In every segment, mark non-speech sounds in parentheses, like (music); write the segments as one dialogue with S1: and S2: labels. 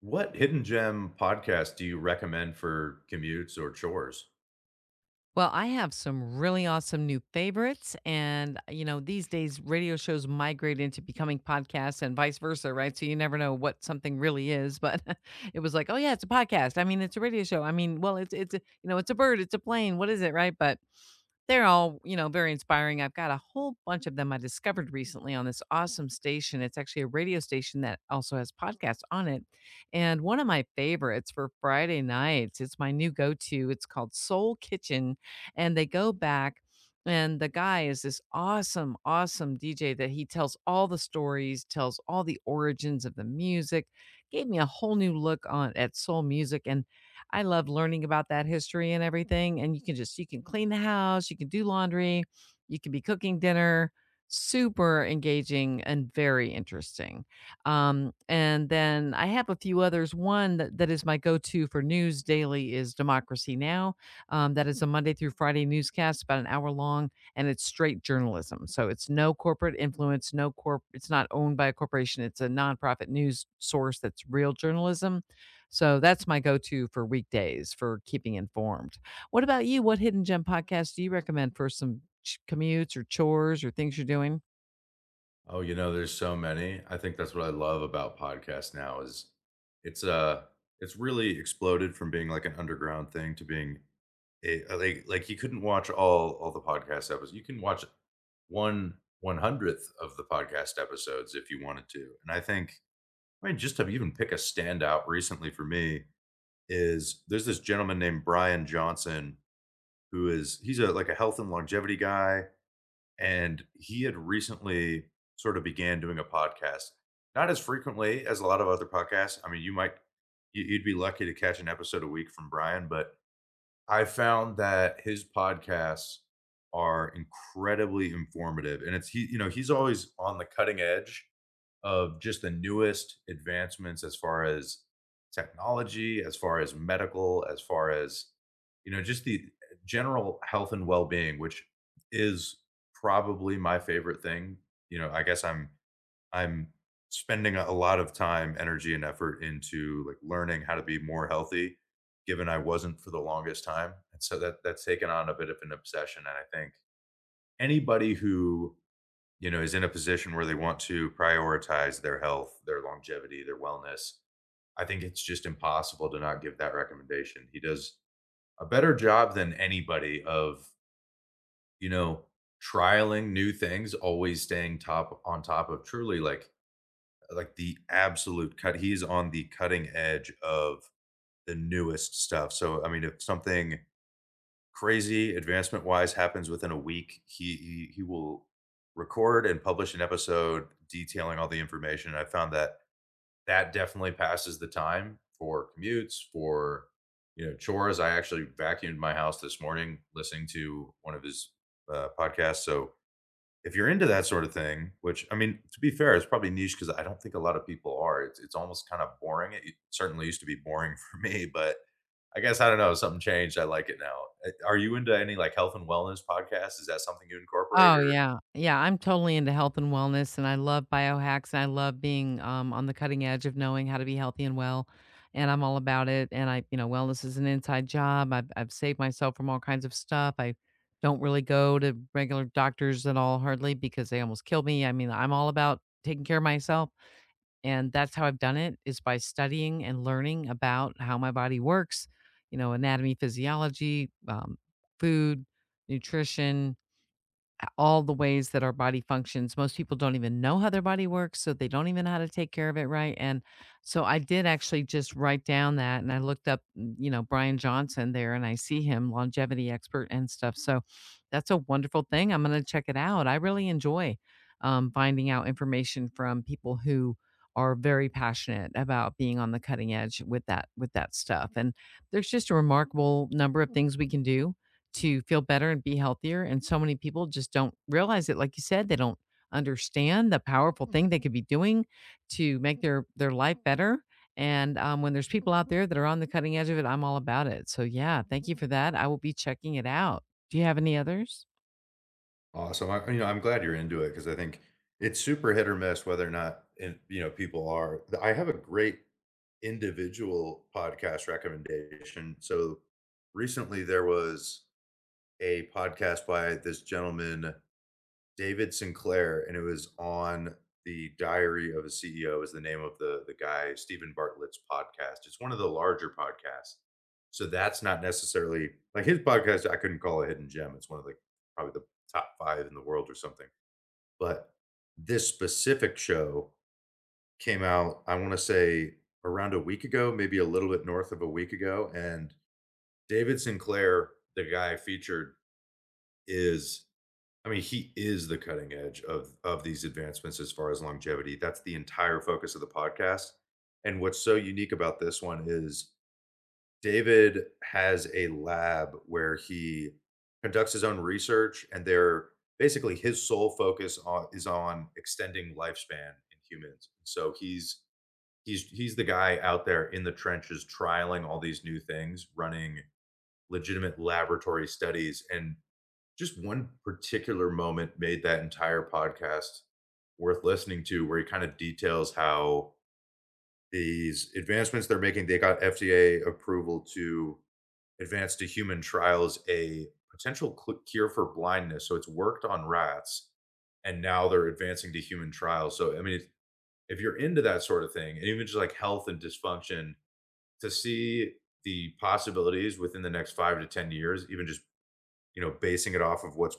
S1: What hidden gem podcast do you recommend for commutes or chores?
S2: Well, I have some really awesome new favorites. And you know, these days radio shows migrate into becoming podcasts and vice versa, right? So you never know what something really is. But (laughs) it was like, oh, yeah, it's a podcast. I mean, it's a radio show. You know, it's a bird, it's a plane. What is it, right? But they're all, you know, very inspiring. I've got a whole bunch of them I discovered recently on this awesome station. It's actually a radio station that also has podcasts on it. And one of my favorites for Friday nights, it's my new go to. It's called Soul Kitchen. And they go back, and the guy is this awesome, awesome DJ that he tells all the stories, tells all the origins of the music, gave me a whole new look on at soul music. And I love learning about that history and everything. And you can clean the house, you can do laundry, you can be cooking dinner. Super engaging and very interesting. And then I have a few others. One that is my go-to for news daily is Democracy Now. That is a Monday through Friday newscast, about an hour long, and it's straight journalism. So it's no corporate influence, no corp. It's not owned by a corporation. It's a nonprofit news source that's real journalism, so that's my go-to for weekdays for keeping informed. What about you? What hidden gem podcast do you recommend for some commutes or chores or things you're doing?
S1: Oh, you know, there's so many. I think that's what I love about podcasts now is it's it's really exploded from being like an underground thing to being like you couldn't watch all the podcast episodes. You can watch one 100th of the podcast episodes if you wanted to. And I think I mean just to even pick a standout recently for me is there's this gentleman named Brian Johnson who is he's a like a health and longevity guy, and he had recently sort of began doing a podcast, not as frequently as a lot of other podcasts. I mean, you might you'd be lucky to catch an episode a week from Brian, but I found that his podcasts are incredibly informative, and it's he you know he's always on the cutting edge of just the newest advancements as far as technology, as far as medical, as far as, you know, just the general health and well-being, which is probably my favorite thing. You know, I guess I'm spending a lot of time, energy, and effort into like learning how to be more healthy, given I wasn't for the longest time. And so that's taken on a bit of an obsession. And I think anybody who, you know, is in a position where they want to prioritize their health, their longevity, their wellness, I think it's just impossible to not give that recommendation. He does a better job than anybody of, you know, trialing new things, always staying top on top of truly like the absolute cut. He's on the cutting edge of the newest stuff. So I mean, if something crazy advancement wise happens within a week. He will record and publish an episode detailing all the information. I found that that definitely passes the time for commutes, for you know chores. I actually vacuumed my house this morning listening to one of his podcasts. So if you're into that sort of thing, which I mean, to be fair, it's probably niche because I don't think a lot of people are. It's almost kind of boring. It certainly used to be boring (laughs) for me, but I guess I don't know. Something changed. I like it now. Are you into any like health and wellness podcasts? Is that something you incorporate
S2: Oh
S1: or?
S2: yeah. Yeah, I'm totally into health and wellness, and I love biohacks, and I love being on the cutting edge of knowing how to be healthy and well. And I'm all about it. You know, wellness is an inside job. I've saved myself from all kinds of stuff. I don't really go to regular doctors at all, hardly, because they almost kill me. I mean, I'm all about taking care of myself. And that's how I've done it, is by studying and learning about how my body works, you know, anatomy, physiology, food, nutrition, all the ways that our body functions. Most people don't even know how their body works, so they don't even know how to take care of it right. And so I did actually just write down that, and I looked up, you know, Brian Johnson there, and I see him, longevity expert and stuff. So that's a wonderful thing. I'm going to check it out. I really enjoy finding out information from people who are very passionate about being on the cutting edge with that stuff, and there's just a remarkable number of things we can do to feel better and be healthier. And so many people just don't realize it. Like you said, they don't understand the powerful thing they could be doing to make their life better. And When there's people out there that are on the cutting edge of it, I'm all about it. So yeah, thank you for that. I will be checking it out. Do you have any others?
S1: Awesome. I, you know, I'm glad you're into it because I think it's super hit or miss whether or not and you know people are. I have a great individual podcast recommendation. So recently there was a podcast by this gentleman David Sinclair, and it was on the Diary of a CEO is the name of the guy Stephen Bartlett's podcast. It's one of the larger podcasts, so that's not necessarily like his podcast. I couldn't call a hidden gem. It's one of the probably the top five in the world or something. But this specific show came out. I want to say around a week ago, maybe a little bit north of a week ago, and David Sinclair, the guy featured, is, I mean, he is the cutting edge of these advancements as far as longevity. That's the entire focus of the podcast. And what's so unique about this one is David has a lab where he conducts his own research, and they're basically his sole focus on, is on extending lifespan in humans. So he's the guy out there in the trenches trialing all these new things, running legitimate laboratory studies, and just one particular moment made that entire podcast worth listening to where he kind of details how these advancements they're making they got FDA approval to advance to human trials a potential cure for blindness. So it's worked on rats and now they're advancing to human trials. So I mean if you're into that sort of thing and even just like health and dysfunction to see the possibilities within the next 5 to 10 years even just, you know, basing it off of what's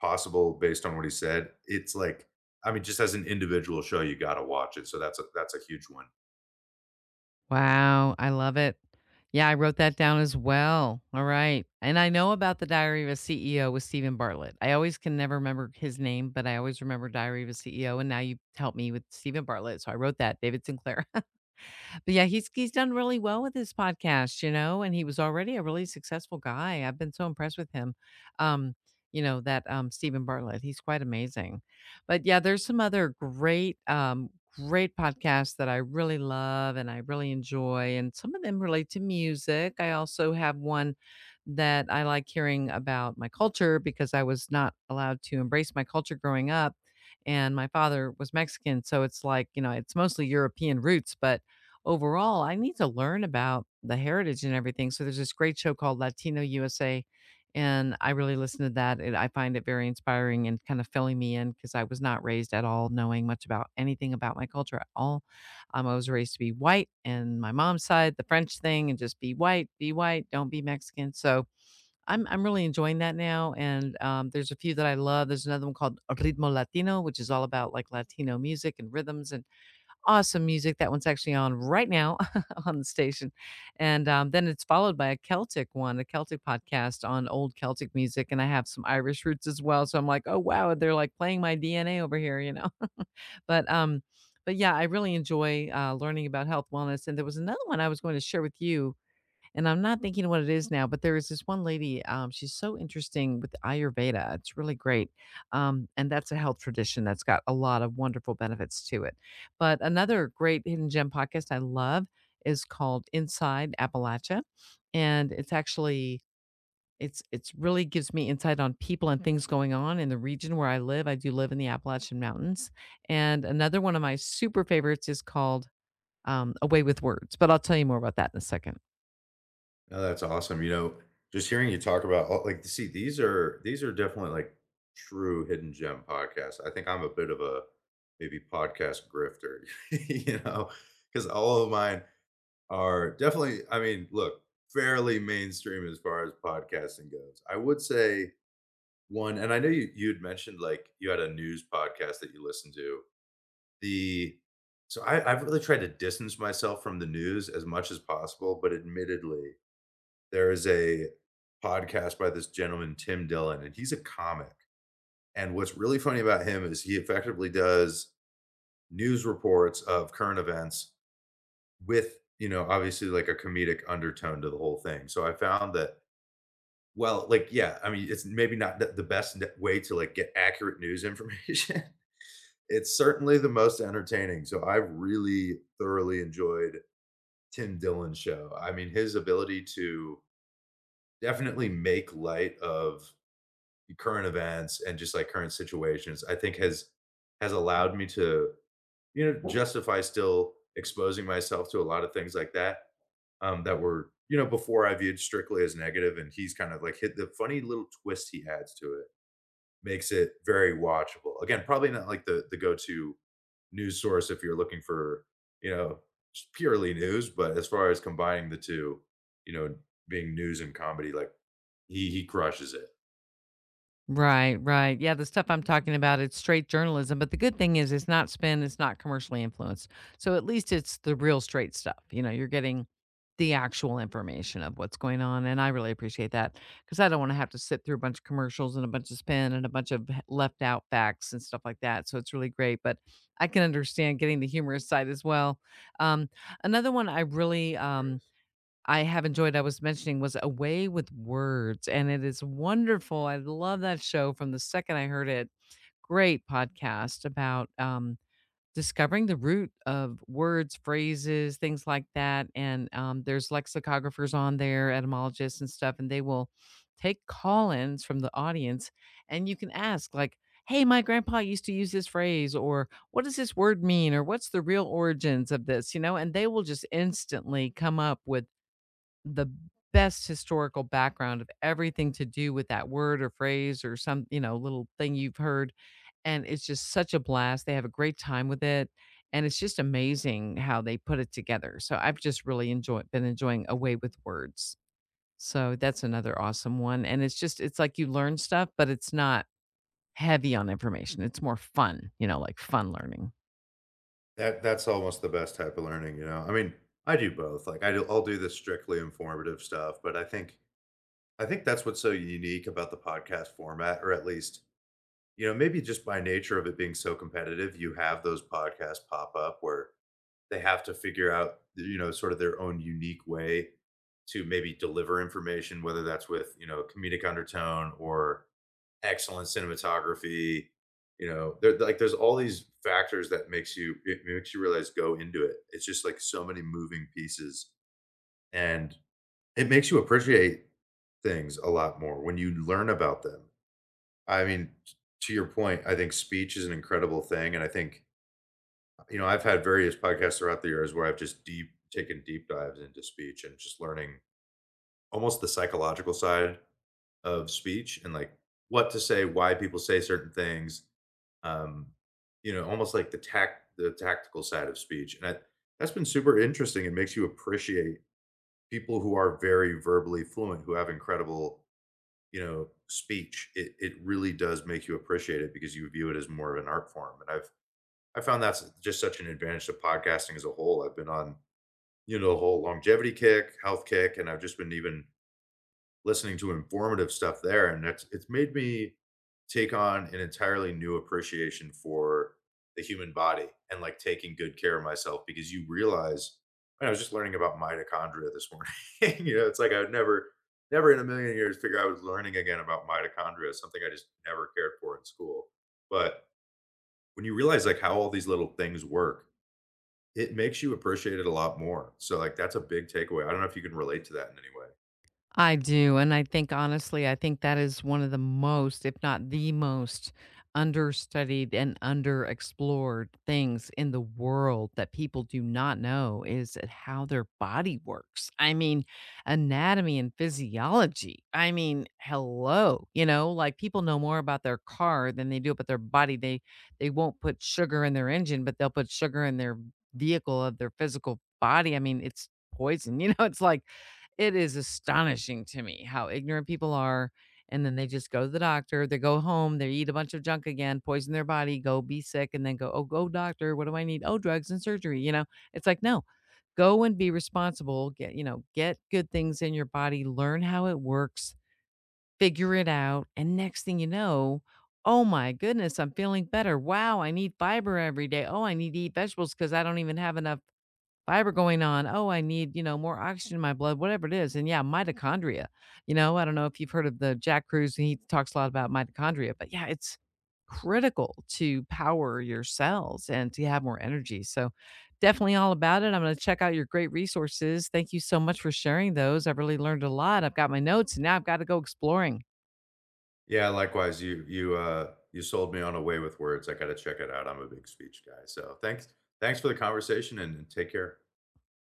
S1: possible based on what he said, it's like, I mean, just as an individual show, you gotta watch it. So that's a huge one.
S2: Wow, I love it. Yeah, I wrote that down as well. All right. And I know about the Diary of a CEO with Stephen Bartlett. I always can never remember his name, but I always remember Diary of a CEO. And now you helped me with Stephen Bartlett. So I wrote that, David Sinclair. But yeah, he's done really well with his podcast, you know, and he was already a really successful guy. I've been so impressed with him. Um, you know, that Stephen Bartlett, he's quite amazing. But yeah, there's some other great great podcasts that I really love and I really enjoy, and some of them relate to music. I also have one that I like hearing about my culture, because I was not allowed to embrace my culture growing up, and my father was Mexican, so it's like, you know, it's mostly European roots, but overall, I need to learn about the heritage and everything. So there's this great show called Latino USA, and I really listen to that. And I find it very inspiring and kind of filling me in, because I was not raised at all knowing much about anything about my culture at all. I was raised to be white, and my mom's side, the French thing, and just be white, don't be Mexican. So I'm really enjoying that now. And There's a few that I love. There's another one called Ritmo Latino, which is all about like Latino music and rhythms and awesome music. That one's actually on right now (laughs) on the station. And Then it's followed by a Celtic one, a Celtic podcast on old Celtic music. And I have some Irish roots as well. So I'm like, oh, wow, they're like playing my DNA over here, you know? (laughs) But, um, but yeah, I really enjoy learning about health, wellness. And there was another one I was going to share with you and I'm not thinking what it is now, but there is this one lady, she's so interesting with Ayurveda. It's really great. And that's a health tradition that's got a lot of wonderful benefits to it. But another great hidden gem podcast I love is called Inside Appalachia. And it's actually it's really gives me insight on people and things going on in the region where I live. I do live in the Appalachian Mountains. And another one of my super favorites is called Away with Words, but I'll tell you more about that in a second.
S1: No, that's awesome. You know, just hearing you talk about like see, these are definitely like true hidden gem podcasts. I think I'm a bit of a maybe podcast grifter, (laughs) you know, because all of mine are definitely, I mean, look, fairly mainstream as far as podcasting goes. I would say one. And I know you had mentioned, like, you had a news podcast that you listened to. The so I've really tried to distance myself from the news as much as possible, but admittedly, there is a podcast by this gentleman, Tim Dillon, and he's a comic, and what's really funny about him is he effectively does news reports of current events with, you know, obviously, like, a comedic undertone to the whole thing. So I found that well, like, yeah, I mean, it's maybe not the best way to, like, get accurate news information, (laughs) it's certainly the most entertaining, so I've really thoroughly enjoyed Tim Dillon's show. I mean, his ability to definitely make light of current events and just, like, current situations, I think has allowed me to, you know, justify still exposing myself to a lot of things like that, that were, you know, before I viewed strictly as negative, negative. And he's kind of, like, hit the funny little twist he adds to it makes it very watchable. Again, probably not, like, the go-to news source if you're looking for, you know, just purely news, but as far as combining the two, you know, being news and comedy, like he crushes it.
S2: Right, right. Yeah, the stuff I'm talking about, it's straight journalism, but the good thing is it's not spin, it's not commercially influenced. So at least it's the real straight stuff. You know, you're getting the actual information of what's going on, and I really appreciate that because I don't want to have to sit through a bunch of commercials and a bunch of spin and a bunch of left out facts and stuff like that. So it's really great, but I can understand getting the humorous side as well. Um another one I really
S1: Serious.
S2: I have enjoyed, I was mentioning, was Away with Words, and it is wonderful. I love that show from the second I heard it. Great podcast about discovering the root of words, phrases, things like that. And there's lexicographers on there, etymologists and stuff, and they will take call ins from the audience, and you can ask, like, hey, my grandpa used to use this phrase, or what does this word mean, or what's the real origins of this, you know? And they will just instantly come up with the best historical background of everything to do with that word or phrase or some, you know, little thing you've heard, and it's just such a blast. They have a great time with it, and it's just amazing how they put it together. So I've just really enjoyed been enjoying Away with Words. So that's another awesome one, and it's just it's like you learn stuff, but it's not heavy on information. It's more fun, you know, like fun learning.
S1: That that's almost the best type of learning, you know. I mean, I do both. Like I do, I'll do the strictly informative stuff, but I think that's what's so unique about the podcast format, or at least, you know, maybe just by nature of it being so competitive, you have those podcasts pop up where they have to figure out, you know, sort of their own unique way to maybe deliver information, whether that's with, you know, comedic undertone or excellent cinematography. You know, there like there's all these factors that makes you it makes you realize go into it. It's just like so many moving pieces and it makes you appreciate things a lot more when you learn about them. I mean, to your point, I think speech is an incredible thing and I think, you know, I've had various podcasts throughout the years where I've just deep taken deep dives into speech and just learning almost the psychological side of speech and like what to say, why people say certain things. Um, you know, almost like the tactical side of speech. And I, that's been super interesting. It makes you appreciate people who are very verbally fluent, who have incredible, you know, speech. It really does make you appreciate it because you view it as more of an art form. And I found that's just such an advantage to podcasting as a whole. I've been on, you know, the whole longevity kick, health kick, and I've just been even listening to informative stuff there. And it's made me take on an entirely new appreciation for the human body and like taking good care of myself because you realize I was just learning about mitochondria this morning. (laughs) You know, it's like I would never, never in a million years figure I was learning again about mitochondria, something I just never cared for in school. But when you realize like how all these little things work, it makes you appreciate it a lot more. So, like, that's a big takeaway. I don't know if you can relate to that in any way.
S2: I do, and I think honestly, I think that is one of the most, if not the most, understudied and underexplored things in the world that people do not know is at how their body works. I mean, anatomy and physiology. I mean, hello, you know, like people know more about their car than they do about their body. They won't put sugar in their engine, but they'll put sugar in their vehicle of their physical body. I mean, it's poison. (laughs) You know, it's like it is astonishing to me how ignorant people are, and then they just go to the doctor, they go home, they eat a bunch of junk again, poison their body, go be sick, and then go, "Oh, go doctor, what do I need? Oh, drugs and surgery," you know? It's like, "No, go and be responsible, get you know, get good things in your body, learn how it works, figure it out, and next thing you know, oh my goodness, I'm feeling better. Wow, I need fiber every day. Oh, I need to eat vegetables because I don't even have enough fiber going on. Oh, I need, you know, more oxygen in my blood, whatever it is. And yeah, mitochondria. You know, I don't know if you've heard of the Jack Cruz, and he talks a lot about mitochondria, but yeah, it's critical to power your cells and to have more energy. So definitely all about it. I'm going to check out your great resources. Thank you so much for sharing those. I've really learned a lot. I've got my notes and now I've got to go exploring.
S1: Yeah, likewise, you, you sold me on "A Way With Words." I gotta check it out. I'm a big speech guy. So, thanks for the conversation, and take care.